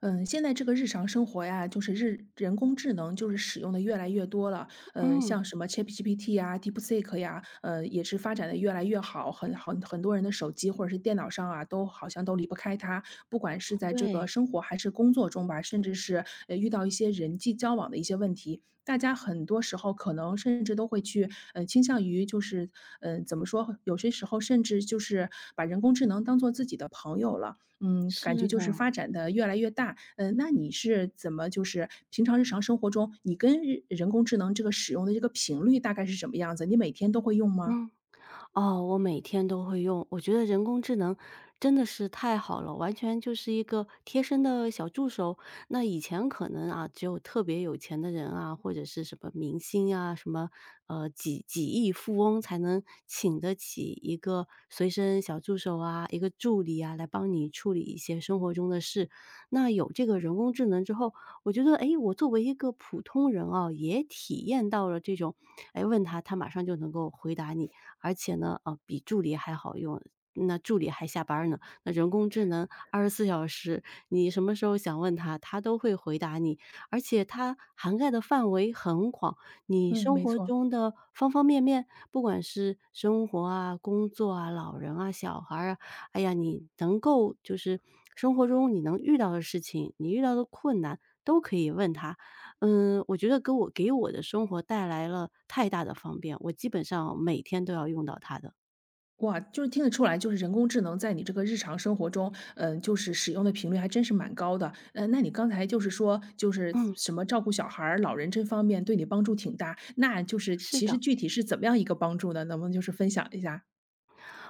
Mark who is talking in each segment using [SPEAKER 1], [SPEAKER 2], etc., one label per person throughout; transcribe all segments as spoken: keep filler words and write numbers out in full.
[SPEAKER 1] 嗯，现在这个日常生活呀，就是日人工智能就是使用的越来越多了。嗯，
[SPEAKER 2] 嗯，
[SPEAKER 1] 像什么 ChatGPT 呀、DeepSeek 呀，呃，也是发展的越来越好，很很很多人的手机或者是电脑上啊，都好像都离不开它。不管是在这个
[SPEAKER 2] 对，
[SPEAKER 1] 生活还是工作中吧，甚至是呃遇到一些人际交往的一些问题，大家很多时候可能甚至都会去，嗯，倾向于就是，嗯、怎么说？有些时候甚至就是把人工智能当做自己的朋友了。嗯，感觉
[SPEAKER 2] 是
[SPEAKER 1] 就是
[SPEAKER 2] 的，
[SPEAKER 1] 发展的越来越大。嗯，那你是怎么就是平常日常生活中，你跟日人工智能这个使用的这个频率大概是什么样子？你每天都会用吗？
[SPEAKER 2] 嗯，哦，我每天都会用，我觉得人工智能真的是太好了，完全就是一个贴身的小助手。那以前可能啊，只有特别有钱的人啊，或者是什么明星啊，什么呃几几亿富翁才能请得起一个随身小助手啊，一个助理啊，来帮你处理一些生活中的事。那有这个人工智能之后，我觉得，诶，我作为一个普通人啊，也体验到了这种，诶，问他，他马上就能够回答你，而且呢，呃，比助理还好用，那助理还下班儿呢，那人工智能二十四小时，你什么时候想问他，他都会回答你，而且它涵盖的范围很广，你
[SPEAKER 1] 嗯，
[SPEAKER 2] 生
[SPEAKER 1] 没
[SPEAKER 2] 活
[SPEAKER 1] 错。
[SPEAKER 2] 中的方方面面，不管是生活啊、工作啊、老人啊、小孩儿啊，哎呀，你能够就是生活中你能遇到的事情，你遇到的困难都可以问他。嗯，我觉得给我给我的生活带来了太大的方便，我基本上每天都要用到它的。
[SPEAKER 1] 哇，就是听得出来，就是人工智能在你这个日常生活中，嗯，就是使用的频率还真是蛮高的。嗯，那你刚才就是说，就是
[SPEAKER 2] 嗯，
[SPEAKER 1] 什么照顾小孩儿、老人这方面对你帮助挺大，那就是
[SPEAKER 2] 是
[SPEAKER 1] 其实
[SPEAKER 2] 的。
[SPEAKER 1] 具体是怎么样一个帮助呢？能不能就是分享一下？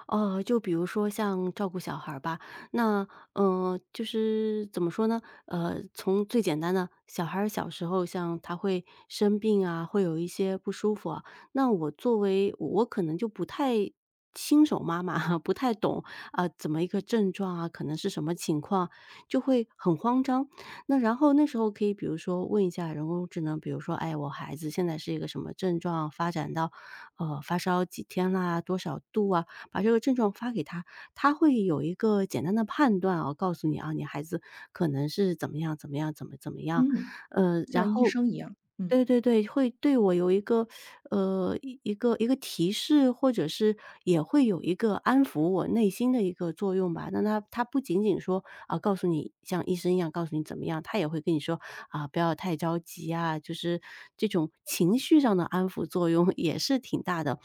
[SPEAKER 2] 哦，就比如说像照顾小孩儿吧，那，呃，就是怎么说呢？呃，从最简单的小孩儿小时候像他会生病啊，会有一些不舒服啊，那我作为我可能就不太新手妈妈 哈，不太懂，啊，怎么一个症状啊，可能是什么情况，就会很慌张。那然后那时候可以比如说问一下人工智能，比如说：“哎，我孩子现在是一个什么症状，发展到，呃，发烧几天啦，多少度啊？”把这个症状发给他，他会有一个简单的判断啊，告诉你啊，你孩子可能是怎么样怎么样，怎么怎么样。
[SPEAKER 1] 嗯，
[SPEAKER 2] 呃，然
[SPEAKER 1] 像医
[SPEAKER 2] 后
[SPEAKER 1] 生一样。嗯，
[SPEAKER 2] 对对对，会对我有一个呃，一一个一个提示，或者是也会有一个安抚我内心的一个作用吧。那他他不仅仅说啊，告诉你像医生一样告诉你怎么样，他也会跟你说啊，不要太着急啊，就是这种情绪上的安抚作用也是挺大的。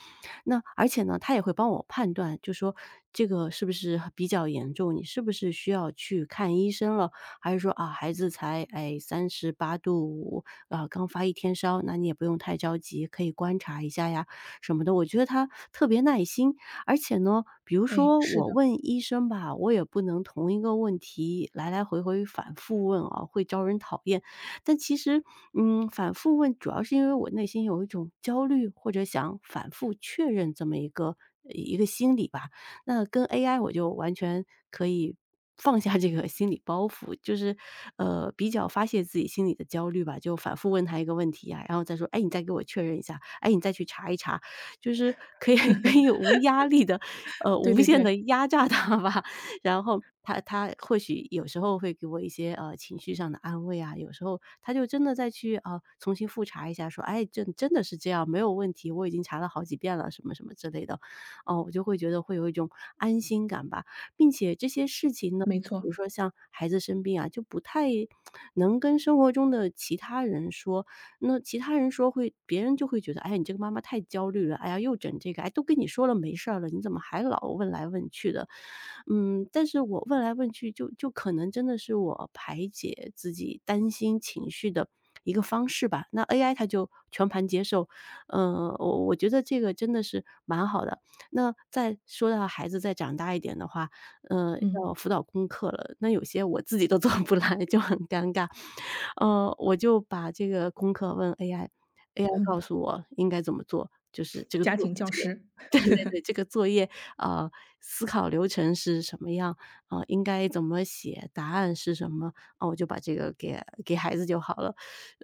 [SPEAKER 2] 那而且呢，他也会帮我判断，就说这个是不是比较严重，你是不是需要去看医生了。还是说啊，孩子才哎三十八度五啊，刚发一天烧，那你也不用太着急，可以观察一下呀什么的。我觉得他特别耐心，而且呢，比如
[SPEAKER 1] 哎，
[SPEAKER 2] 说
[SPEAKER 1] 是
[SPEAKER 2] 我
[SPEAKER 1] 的，
[SPEAKER 2] 问医生吧，我也不能同一个问题来来回回反复问啊，会招人讨厌。但其实，嗯，反复问主要是因为我内心有一种焦虑，或者想反复确认这么一个呃一个心理吧。那跟 A I 我就完全可以放下这个心理包袱，就是，呃，比较发泄自己心里的焦虑吧，就反复问他一个问题啊，然后再说：“哎，你再给我确认一下，哎，你再去查一查。”就是可以 可以无压力的，呃，
[SPEAKER 1] 对
[SPEAKER 2] 无
[SPEAKER 1] 对
[SPEAKER 2] 限
[SPEAKER 1] 对。
[SPEAKER 2] 的压榨他吧。然后他他或许有时候会给我一些，呃，情绪上的安慰啊，有时候他就真的再去，啊，呃重新复查一下，说：“哎，这真的是这样，没有问题，我已经查了好几遍了。”什么什么之类的。哦，我就会觉得会有一种安心感吧。并且这些事情呢，
[SPEAKER 1] 没
[SPEAKER 2] 比
[SPEAKER 1] 错，
[SPEAKER 2] 如说像孩子生病啊，就不太能跟生活中的其他人说，那其他人说会别人就会觉得，哎呀，你这个妈妈太焦虑了，哎呀，又整这个，哎，都跟你说了没事儿了，你怎么还老问来问去的？嗯，但是我问来问去就就可能真的是我排解自己担心情绪的一个方式吧。那 A I 它就全盘接受，呃，我我觉得这个真的是蛮好的。那再说到孩子再长大一点的话，呃，
[SPEAKER 1] 嗯
[SPEAKER 2] 要辅导功课了，那有些我自己都做不来，就很尴尬。呃，我就把这个功课问 A I，A I 告
[SPEAKER 1] 嗯，
[SPEAKER 2] 诉我应该怎么做，就是这个
[SPEAKER 1] 家
[SPEAKER 2] 做
[SPEAKER 1] 庭教
[SPEAKER 2] 这个
[SPEAKER 1] 师。
[SPEAKER 2] 对对对，这个作业，呃，思考流程是什么样，啊，呃应该怎么写，答案是什么，啊，我就把这个给给孩子就好了。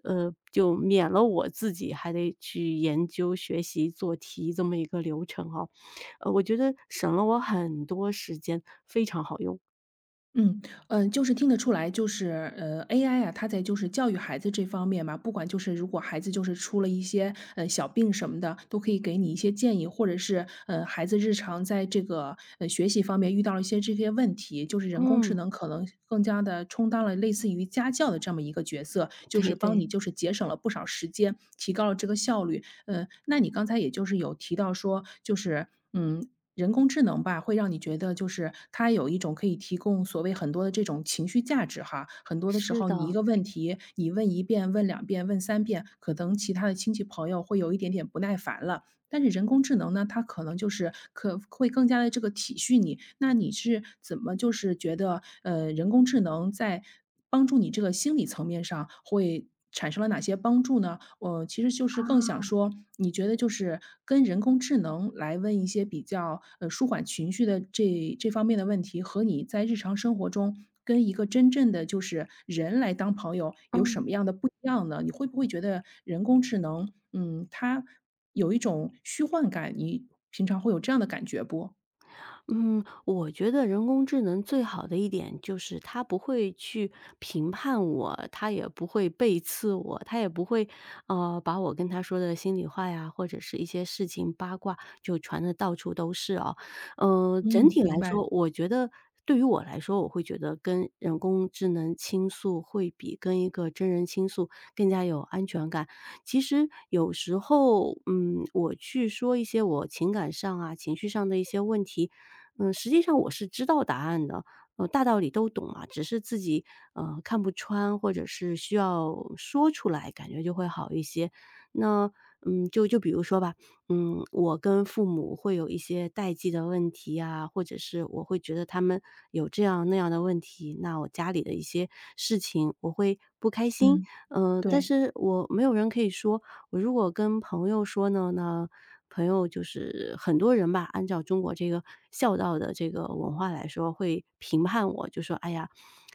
[SPEAKER 2] 呃，就免了我自己还得去研究、学习、做题这么一个流程哦。呃，我觉得省了我很多时间，非常好用。
[SPEAKER 1] 嗯，嗯，呃就是听得出来，就是呃，A I 啊，它在就是教育孩子这方面嘛，不管就是如果孩子就是出了一些呃小病什么的，都可以给你一些建议，或者是呃孩子日常在这个呃学习方面遇到了一些这些问题，就是人工智
[SPEAKER 2] 嗯，
[SPEAKER 1] 能可能更加的充当了类似于家教的这么一个角色，就
[SPEAKER 2] 对
[SPEAKER 1] 是帮
[SPEAKER 2] 对，
[SPEAKER 1] 你就是节省了不少时间，提高了这个效率。嗯，那你刚才也就是有提到说，就是嗯，人工智能吧，会让你觉得就是它有一种可以提供所谓很多的这种情绪价值哈。很多的时
[SPEAKER 2] 是
[SPEAKER 1] 候，
[SPEAKER 2] 的，
[SPEAKER 1] 你一
[SPEAKER 2] 啊，
[SPEAKER 1] 个问题，你问一遍、问两遍、问三遍，可能其他的亲戚朋友会有一点点不耐烦了。但是人工智能呢，它可能就是可会更加的这个体恤你。那你是怎么就是觉得呃，人工智能在帮助你这个心理层面上会产生了哪些帮助呢？我其实就是更想说，你觉得就是跟人工智能来问一些比较，呃，舒缓情绪的这这方面的问题，和你在日常生活中跟一个真正的就是人来当朋友有什
[SPEAKER 2] 嗯。
[SPEAKER 1] 么样的不一样呢？你会不会觉得人工智能，嗯，它有一种虚幻感，你平常会有这样的感觉不？
[SPEAKER 2] 嗯，我觉得人工智能最好的一点就是它不会去评判我，它也不会背刺我，它也不会，呃，把我跟它说的心里话呀，或者是一些事情八卦就传的到处都是哦。嗯，整
[SPEAKER 1] 嗯，
[SPEAKER 2] 体
[SPEAKER 1] 明
[SPEAKER 2] 来
[SPEAKER 1] 白。
[SPEAKER 2] 说，我觉得对于我来说，我会觉得跟人工智能倾诉会比跟一个真人倾诉更加有安全感。其实有时候，嗯，我去说一些我情感上啊、情绪上的一些问题，嗯，实际上我是知道答案的，呃，大道理都懂嘛，只是自己，呃，看不穿，或者是需要说出来，感觉就会好一些。那，嗯，就就比如说吧，嗯，我跟父母会有一些代际的问题啊，或者是我会觉得他们有这样那样的问题，那我家里的一些事情我会不开心，
[SPEAKER 1] 嗯，
[SPEAKER 2] 嗯。呃但
[SPEAKER 1] 对，
[SPEAKER 2] 是我没有人可以说，我如果跟朋友说呢，那朋友就是很多人吧，按照中国这个孝道的这个文化来说，会评判我，就说：“哎呀，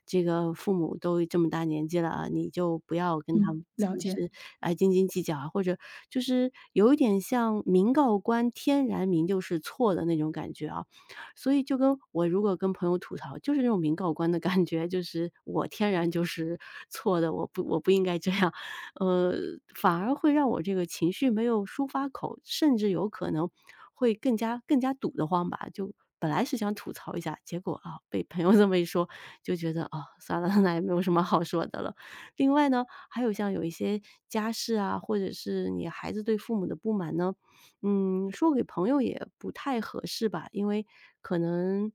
[SPEAKER 2] 这个父母都这么大年纪了啊，你就不要跟他
[SPEAKER 1] 嗯，
[SPEAKER 2] 们
[SPEAKER 1] 了
[SPEAKER 2] 就
[SPEAKER 1] 解。
[SPEAKER 2] 是哎斤斤计较啊。”或者就是有一点像“民告官天然明就是错”的那种感觉啊。所以就跟我如果跟朋友吐槽，就是那种“民告官”的感觉，就是我天然就是错的，我不我不应该这样。呃，反而会让我这个情绪没有抒发口，甚至有可能会更加更加堵得慌吧。就本来是想吐槽一下，结果啊，被朋友这么一说，就觉得啊，算了，那也没有什么好说的了。另外呢，还有像有一些家事啊，或者是你孩子对父母的不满呢，嗯，说给朋友也不太合适吧，因为可能，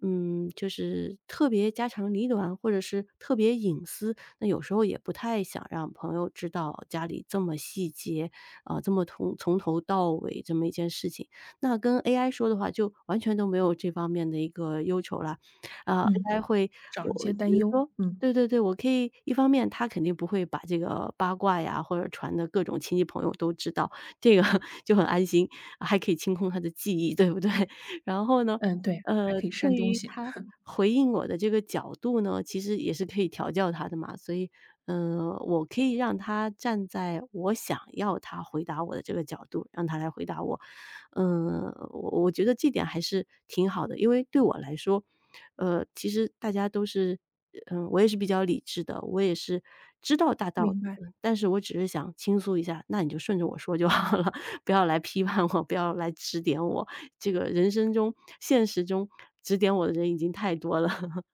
[SPEAKER 2] 嗯，就是特别家长里短，或者是特别隐私，那有时候也不太想让朋友知道家里这么细节，啊，这么从从头到尾这么一件事情。那跟 A I 说的话，就完全都没有这方面的一个忧愁啦。啊
[SPEAKER 1] 嗯，
[SPEAKER 2] ，A I 会
[SPEAKER 1] 少了一
[SPEAKER 2] 我
[SPEAKER 1] 些
[SPEAKER 2] 比
[SPEAKER 1] 担
[SPEAKER 2] 如
[SPEAKER 1] 忧。
[SPEAKER 2] 说
[SPEAKER 1] 嗯，
[SPEAKER 2] 对对对，我可以一方面他肯定不会把这个八卦呀，或者传的各种亲戚朋友都知道，这个 就很安心，还可以清空他的记忆，对不对？然后呢
[SPEAKER 1] 嗯，对，还
[SPEAKER 2] 呃，
[SPEAKER 1] 可以
[SPEAKER 2] 对
[SPEAKER 1] 删东
[SPEAKER 2] 于
[SPEAKER 1] 西，
[SPEAKER 2] 他 回应我的这个角度呢，其实也是可以调教他的嘛。所以，嗯、我可以让他站在我想要他回答我的这个角度，让他来回答我。嗯、我我觉得这点还是挺好的，因为对我来说，呃，其实大家都是，嗯、我也是比较理智的，我也是知道大道
[SPEAKER 1] 明
[SPEAKER 2] 理
[SPEAKER 1] 白。
[SPEAKER 2] 的，但是我只是想倾诉一下，那你就顺着我说就好了，不要来批判我，不要来指点我。这个人生中现实中指点我的人已经太多了。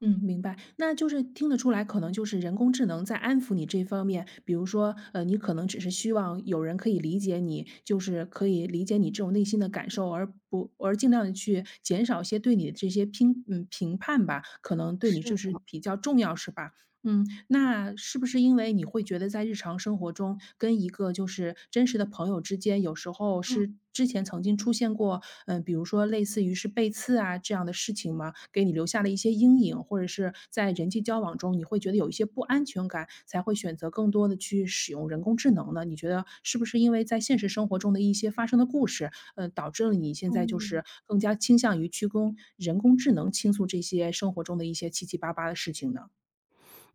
[SPEAKER 1] 嗯，明白。那就是听得出来，可能就是人工智能在安抚你这方面，比如说，呃，你可能只是希望有人可以理解你，就是可以理解你这种内心的感受，而不而尽量的去减少一些对你的这些评嗯评判吧，可能对你
[SPEAKER 2] 是
[SPEAKER 1] 这是
[SPEAKER 2] 的，
[SPEAKER 1] 比较重要，是吧？嗯，那是不是因为你会觉得在日常生活中跟一个就是真实的朋友之间，有时候
[SPEAKER 2] 嗯
[SPEAKER 1] 是之前曾经出现过，嗯，比如说类似于是背刺啊这样的事情吗？给你留下了一些阴影，或者是在人际交往中，你会觉得有一些不安全感，才会选择更多的去使用人工智能呢？你觉得是不是因为在现实生活中的一些发生的故事，呃，导致了你现在就
[SPEAKER 2] 嗯。
[SPEAKER 1] 是更加倾向于去跟人工智能倾诉这些生活中的一些七七八八的事情呢？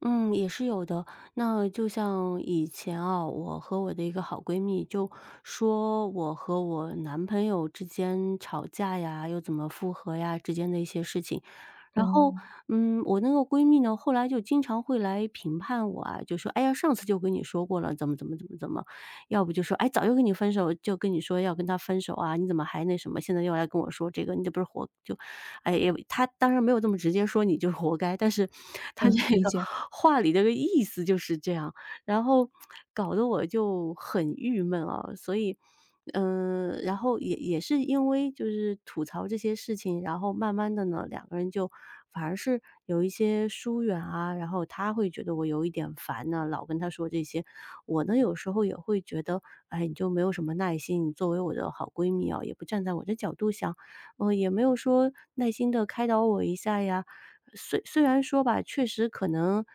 [SPEAKER 2] 嗯，也是有的。那就像以前啊，我和我的一个好闺蜜就说我和我男朋友之间吵架呀，又怎么复合呀之间的一些事情。然后，
[SPEAKER 1] 哦，
[SPEAKER 2] 嗯，我那个闺蜜呢，后来就经常会来评判我啊，就说："哎呀，上次就跟你说过了，怎么怎么怎么怎么。"要不就说："哎，早就跟你分手，就跟你说要跟他分手啊，你怎么还那什么，现在又来跟我说这个，你这不是活就哎，也他当然没有这么直接说你就是活该，但是他这
[SPEAKER 1] 嗯，理
[SPEAKER 2] 个
[SPEAKER 1] 解，
[SPEAKER 2] 话里的个意思就是这样，然后搞得我就很郁闷啊。所以，嗯，然后也也是因为就是吐槽这些事情，然后慢慢的呢，两个人就反而是有一些疏远啊，然后他会觉得我有一点烦呢、老跟他说这些，我呢有时候也会觉得，哎，你就没有什么耐心，你作为我的好闺蜜啊，也不站在我的角度想。呃，也没有说耐心的开导我一下呀。虽虽然说吧，确实可能，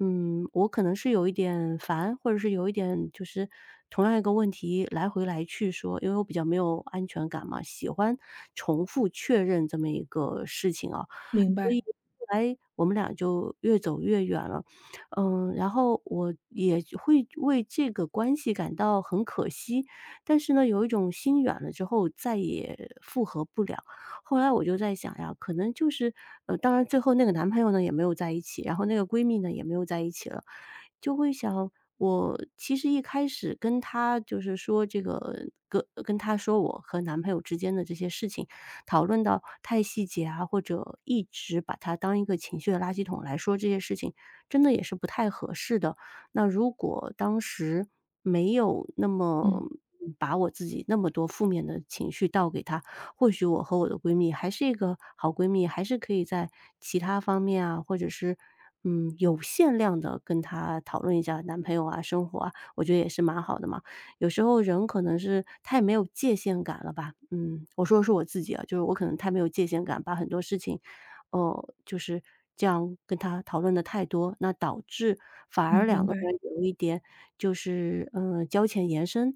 [SPEAKER 2] 嗯，我可能是有一点烦，或者是有一点就是同样一个问题来回来去说，因为我比较没有安全感嘛，喜欢重复确认这么一个事情啊。
[SPEAKER 1] 明
[SPEAKER 2] 所以
[SPEAKER 1] 白，
[SPEAKER 2] 后来我们俩就越走越远了。嗯，然后我也会为这个关系感到很可惜，但是呢，有一种心远了之后再也复合不了。后来我就在想呀，可能就是呃，当然最后那个男朋友呢也没有在一起，然后那个闺蜜呢也没有在一起了。就会想，我其实一开始跟他就是说这个跟跟他说我和男朋友之间的这些事情，讨论到太细节啊，或者一直把它当一个情绪的垃圾桶来说这些事情，真的也是不太合适的。那如果当时没有那么
[SPEAKER 1] 嗯，
[SPEAKER 2] 把我自己那么多负面的情绪倒给她，或许我和我的闺蜜还是一个好闺蜜，还是可以在其他方面啊，或者是嗯，有限量的跟她讨论一下男朋友啊、生活啊，我觉得也是蛮好的嘛。有时候人可能是太没有界限感了吧，嗯，我说的是我自己啊，就是我可能太没有界限感，把很多事情，哦，就是这样跟他讨论的太多，那导致反而
[SPEAKER 1] 嗯，
[SPEAKER 2] 两
[SPEAKER 1] 明
[SPEAKER 2] 个
[SPEAKER 1] 白，
[SPEAKER 2] 人有一点就是，嗯，呃交浅言深，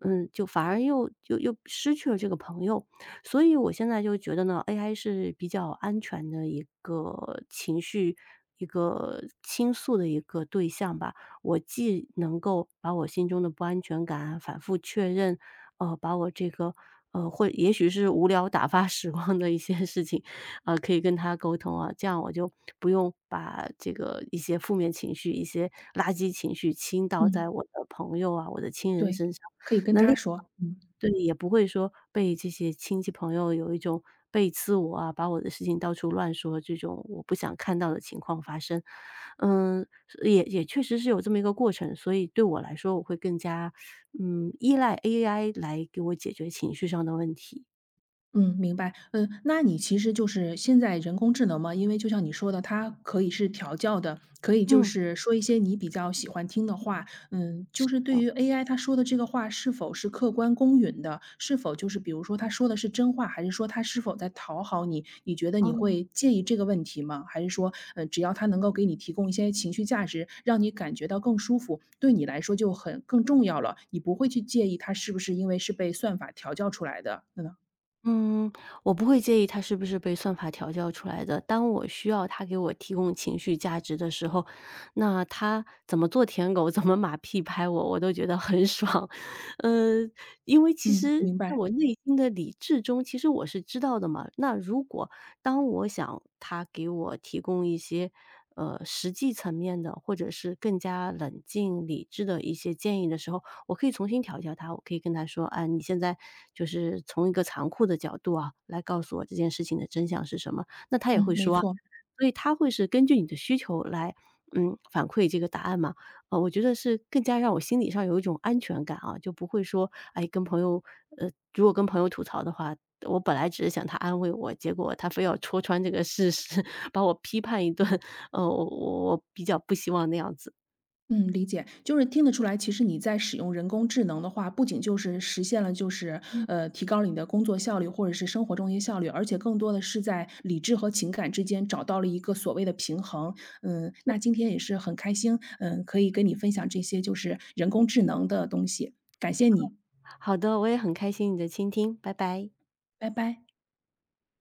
[SPEAKER 2] 嗯，就反而又又又失去了这个朋友。所以我现在就觉得呢，A I 是比较安全的一个情绪一个倾诉的一个对象吧。我既能够把我心中的不安全感反复确认，呃，把我这个呃，或也许是无聊打发时光的一些事情，啊，可以跟他沟通啊，这样我就不用把这个一些负面情绪、一些垃圾情绪倾倒在
[SPEAKER 1] 嗯，
[SPEAKER 2] 我的朋友啊、我的亲人
[SPEAKER 1] 对，
[SPEAKER 2] 身上。
[SPEAKER 1] 可以跟
[SPEAKER 2] 那
[SPEAKER 1] 他
[SPEAKER 2] 另
[SPEAKER 1] 说，嗯。
[SPEAKER 2] 对，也不会说被这些亲戚朋友有一种背刺我啊，把我的事情到处乱说，这种我不想看到的情况发生。嗯，是也也确实是有这么一个过程，所以对我来说，我会更加，嗯，依赖 A I 来给我解决情绪上的问题。
[SPEAKER 1] 嗯，明白。嗯，那你其实就是现在人工智能嘛，因为就像你说的，它可以是调教的，可以就
[SPEAKER 2] 嗯，
[SPEAKER 1] 是说一些你比较喜欢听的话。嗯，就
[SPEAKER 2] 是
[SPEAKER 1] 是对
[SPEAKER 2] 的，
[SPEAKER 1] 于 A I 它说的这个话是否是客观公允的，是否就是比如说它说的是真话，还是说它是否在讨好你？你觉得你
[SPEAKER 2] 嗯。
[SPEAKER 1] 会介意这个问题吗？还是说，嗯，只要它能够给你提供一些情绪价值，让你感觉到更舒服，对你来说就很更重要了。你不会去介意它是不是因为是被算法调教出来的？嗯，
[SPEAKER 2] 嗯，我不会介意他是不是被算法调教出来的。当我需要他给我提供情绪价值的时候，那他怎么做舔狗，怎么马屁拍我，我都觉得很爽。呃，因为其
[SPEAKER 1] 嗯，
[SPEAKER 2] 实
[SPEAKER 1] 明
[SPEAKER 2] 在
[SPEAKER 1] 白。
[SPEAKER 2] 我内心的理智中，其实我是知道的嘛。那如果当我想他给我提供一些，呃，实际层面的，或者是更加冷静理智的一些建议的时候，我可以重新调教他。我可以跟他说："哎，你现在就是从一个残酷的角度啊，来告诉我这件事情的真相是什么。"那他也
[SPEAKER 1] 嗯，
[SPEAKER 2] 会
[SPEAKER 1] 没
[SPEAKER 2] 说啊，
[SPEAKER 1] 错。
[SPEAKER 2] 所以他会是根据你的需求来，嗯，反馈这个答案嘛。呃，我觉得是更加让我心理上有一种安全感啊，就不会说，哎，跟朋友呃，如果跟朋友吐槽的话，我本来只是想他安慰我，结果他非要戳穿这个事实，把我批判一顿，呃，我我我比较不希望那样子。
[SPEAKER 1] 嗯，理解。就是听得出来，其实你在使用人工智能的话，不仅就是实现了就是
[SPEAKER 2] 嗯，
[SPEAKER 1] 呃提高了你的工作效率或者是生活中一些效率，而且更多的是在理智和情感之间找到了一个所谓的平衡。嗯，那今天也是很开心，嗯，可以跟你分享这些就是人工智能的东西，感谢你，
[SPEAKER 2] 好的，我也很开心你的倾听，拜拜。
[SPEAKER 1] 拜拜。